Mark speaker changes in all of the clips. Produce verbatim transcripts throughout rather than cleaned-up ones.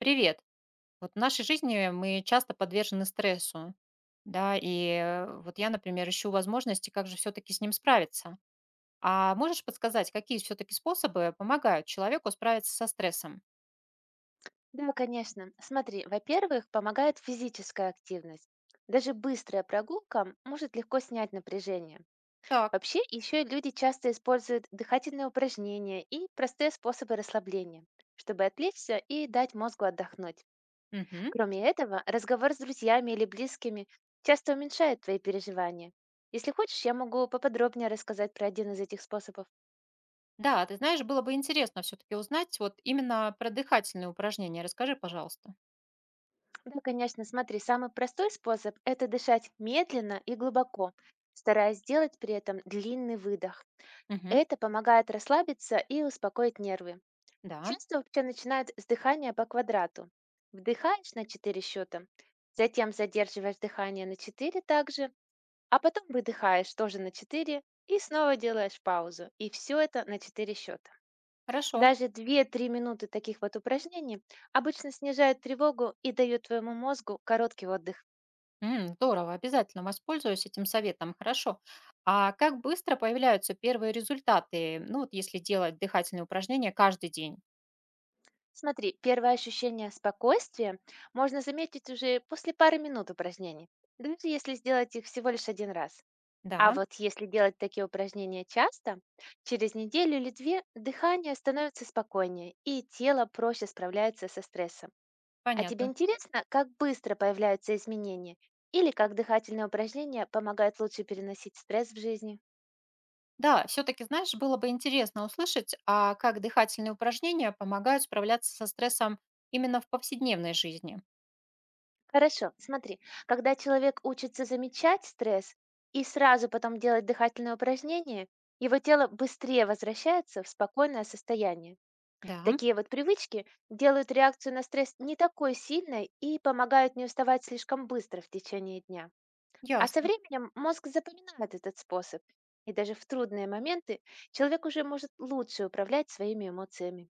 Speaker 1: Привет. Вот в нашей жизни мы часто подвержены стрессу, да, и э, вот я, например, ищу возможности, как же все-таки с ним справиться. А можешь подсказать, какие все-таки способы помогают человеку справиться со стрессом?
Speaker 2: Да, конечно. Смотри, во-первых, помогает физическая активность. Даже быстрая прогулка может легко снять напряжение.
Speaker 1: Так.
Speaker 2: Вообще, еще люди часто используют дыхательные упражнения и простые способы расслабления, чтобы отвлечься и дать мозгу отдохнуть.
Speaker 1: Мгм.
Speaker 2: Кроме этого, разговор с друзьями или близкими часто уменьшает твои переживания. Если хочешь, я могу поподробнее рассказать про один из этих способов.
Speaker 1: Да, ты знаешь, было бы интересно все-таки узнать вот именно про дыхательные упражнения. Расскажи, пожалуйста.
Speaker 2: Да, конечно, смотри, самый простой способ– это дышать медленно и глубоко, стараясь сделать при этом длинный выдох.
Speaker 1: Мгм.
Speaker 2: Это помогает расслабиться и успокоить нервы.
Speaker 1: Да,
Speaker 2: Часто вообще начинают с дыхания по квадрату. Вдыхаешь на четыре счета, затем задерживаешь дыхание на четыре также, а потом выдыхаешь тоже на четыре и снова делаешь паузу. И все это на четыре счета.
Speaker 1: хорошо.
Speaker 2: Даже две-три минуты таких вот упражнений обычно снижает тревогу и дает твоему мозгу короткий отдых.
Speaker 1: М, здорово, обязательно воспользуюсь этим советом, хорошо. А как быстро появляются первые результаты, ну вот если делать дыхательные упражнения каждый день?
Speaker 2: Смотри, первое ощущение спокойствия можно заметить уже после пары минут упражнений, даже если сделать их всего лишь один раз. А
Speaker 1: Да,
Speaker 2: вот если делать такие упражнения часто, через неделю или две дыхание становится спокойнее и тело проще справляется со стрессом. А тебе
Speaker 1: понятно.
Speaker 2: интересно, как быстро появляются изменения или как дыхательные упражнения помогают лучше переносить стресс в жизни?
Speaker 1: Да, все-таки, знаешь, было бы интересно услышать, а как дыхательные упражнения помогают справляться со стрессом именно в повседневной жизни.
Speaker 2: Хорошо, смотри, когда человек учится замечать стресс и сразу потом делать дыхательные упражнения, его тело быстрее возвращается в спокойное состояние.
Speaker 1: Да,
Speaker 2: Такие вот привычки делают реакцию на стресс не такой сильной и помогают не уставать слишком быстро в течение дня. А со
Speaker 1: ясно.
Speaker 2: временем мозг запоминает этот способ, и даже в трудные моменты человек уже может лучше управлять своими эмоциями.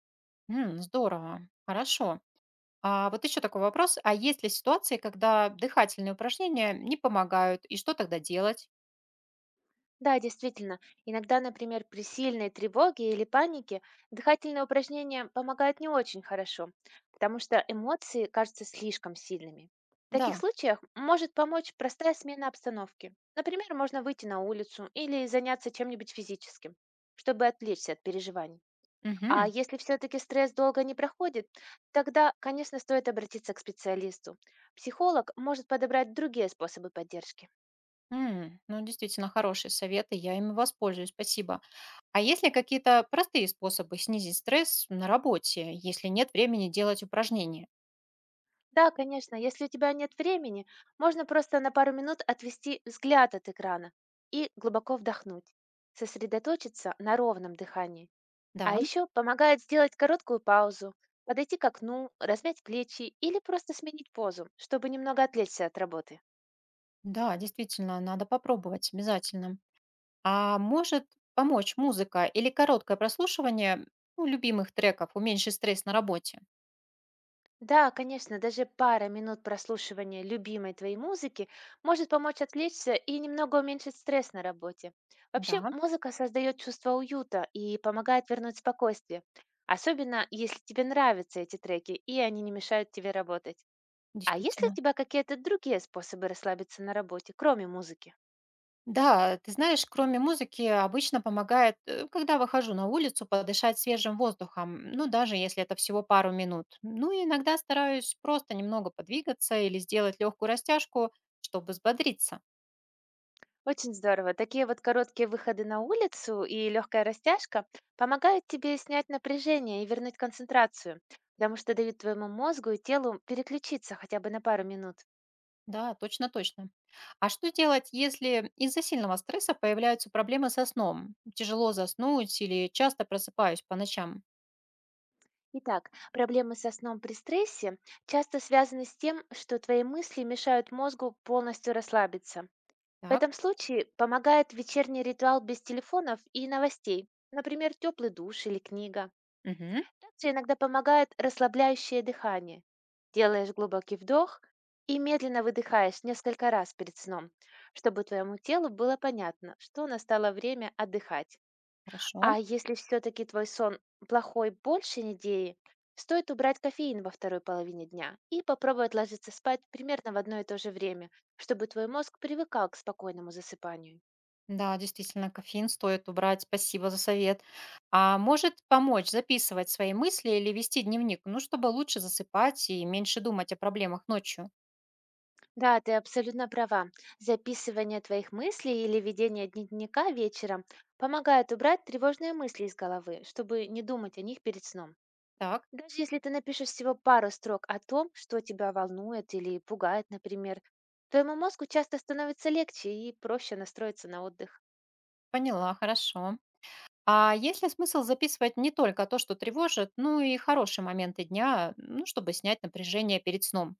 Speaker 1: М, здорово, хорошо. А вот еще такой вопрос, а есть ли ситуации, когда дыхательные упражнения не помогают, и что тогда делать?
Speaker 2: Да, действительно. Иногда, например, при сильной тревоге или панике дыхательные упражнения помогают не очень хорошо, потому что эмоции кажутся слишком сильными. В таких
Speaker 1: Да.
Speaker 2: случаях может помочь простая смена обстановки. Например, можно выйти на улицу или заняться чем-нибудь физическим, чтобы отвлечься от переживаний. А
Speaker 1: Мгм.
Speaker 2: если все-таки стресс долго не проходит, тогда, конечно, стоит обратиться к специалисту. Психолог может подобрать другие способы поддержки.
Speaker 1: М, ну, действительно, хорошие советы, я ими воспользуюсь, спасибо. А есть ли какие-то простые способы снизить стресс на работе, если нет времени делать упражнения?
Speaker 2: Да, конечно, если у тебя нет времени, можно просто на пару минут отвести взгляд от экрана и глубоко вдохнуть, сосредоточиться на ровном дыхании. А
Speaker 1: Да,
Speaker 2: еще помогает сделать короткую паузу, подойти к окну, размять плечи или просто сменить позу, чтобы немного отвлечься от работы.
Speaker 1: да, действительно, надо попробовать обязательно. А может помочь музыка или короткое прослушивание, ну, любимых треков, уменьшить стресс на работе?
Speaker 2: Да, конечно, даже пара минут прослушивания любимой твоей музыки может помочь отвлечься и немного уменьшить стресс на работе. Вообще,
Speaker 1: Да,
Speaker 2: музыка создает чувство уюта и помогает вернуть спокойствие, особенно если тебе нравятся эти треки и они не мешают тебе работать. А есть ли у
Speaker 1: действительно.
Speaker 2: тебя какие-то другие способы расслабиться на работе, кроме музыки?
Speaker 1: Да, ты знаешь, кроме музыки обычно помогает, э, когда выхожу на улицу, подышать свежим воздухом, ну, даже если это всего пару минут. Ну, и иногда стараюсь просто немного подвигаться или сделать легкую растяжку, чтобы взбодриться.
Speaker 2: Очень здорово. Такие вот короткие выходы на улицу и легкая растяжка помогают тебе снять напряжение и вернуть концентрацию, потому что дают твоему мозгу и телу переключиться хотя бы на пару минут.
Speaker 1: Да, точно, точно. А что делать, если из-за сильного стресса появляются проблемы со сном? Тяжело заснуть или часто просыпаюсь по ночам?
Speaker 2: Итак, проблемы со сном при стрессе часто связаны с тем, что твои мысли мешают мозгу полностью расслабиться. В
Speaker 1: Так,
Speaker 2: этом случае помогает вечерний ритуал без телефонов и новостей, например, теплый душ или книга.
Speaker 1: мгм,
Speaker 2: Также иногда помогает расслабляющее дыхание. Делаешь глубокий вдох и медленно выдыхаешь несколько раз перед сном, чтобы твоему телу было понятно, что настало время отдыхать.
Speaker 1: хорошо.
Speaker 2: А если все-таки твой сон плохой больше недели, стоит убрать кофеин во второй половине дня и попробовать ложиться спать примерно в одно и то же время, чтобы твой мозг привыкал к спокойному засыпанию.
Speaker 1: Да, действительно, кофеин стоит убрать. Спасибо за совет. А может помочь записывать свои мысли или вести дневник, ну, чтобы лучше засыпать и меньше думать о проблемах ночью.
Speaker 2: Да, ты абсолютно права. Записывание твоих мыслей или ведение дневника вечером помогает убрать тревожные мысли из головы, чтобы не думать о них перед сном.
Speaker 1: Так,
Speaker 2: Даже если ты напишешь всего пару строк о том, что тебя волнует или пугает, например, твоему мозгу часто становится легче и проще настроиться на отдых.
Speaker 1: поняла, хорошо. А есть ли смысл записывать не только то, что тревожит, ну и хорошие моменты дня, ну, чтобы снять напряжение перед сном?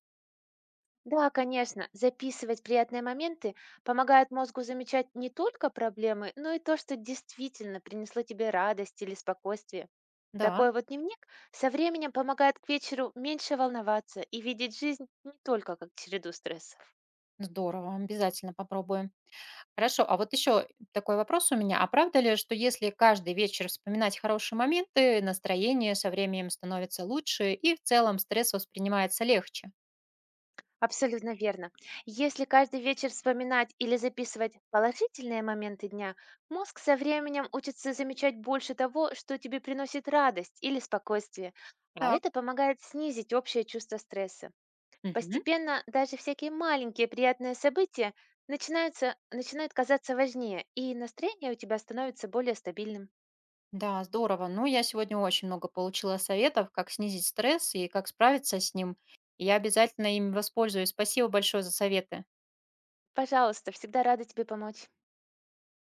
Speaker 2: Да, конечно, записывать приятные моменты помогает мозгу замечать не только проблемы, но и то, что действительно принесло тебе радость или спокойствие.
Speaker 1: Да,
Speaker 2: Такой вот дневник со временем помогает к вечеру меньше волноваться и видеть жизнь не только как череду стрессов.
Speaker 1: здорово, обязательно попробуем. Хорошо, а вот еще такой вопрос у меня. А правда ли, что если каждый вечер вспоминать хорошие моменты, настроение со временем становится лучше и в целом стресс воспринимается легче?
Speaker 2: Абсолютно верно. Если каждый вечер вспоминать или записывать положительные моменты дня, мозг со временем учится замечать больше того, что тебе приносит радость или спокойствие, а
Speaker 1: Так,
Speaker 2: это помогает снизить общее чувство стресса.
Speaker 1: мгм.
Speaker 2: Постепенно даже всякие маленькие приятные события начинаются, начинают казаться важнее, и настроение у тебя становится более стабильным.
Speaker 1: Да, здорово. Ну, я сегодня очень много получила советов, как снизить стресс и как справиться с ним. И я обязательно им воспользуюсь. Спасибо большое за советы.
Speaker 2: Пожалуйста, всегда рада тебе помочь.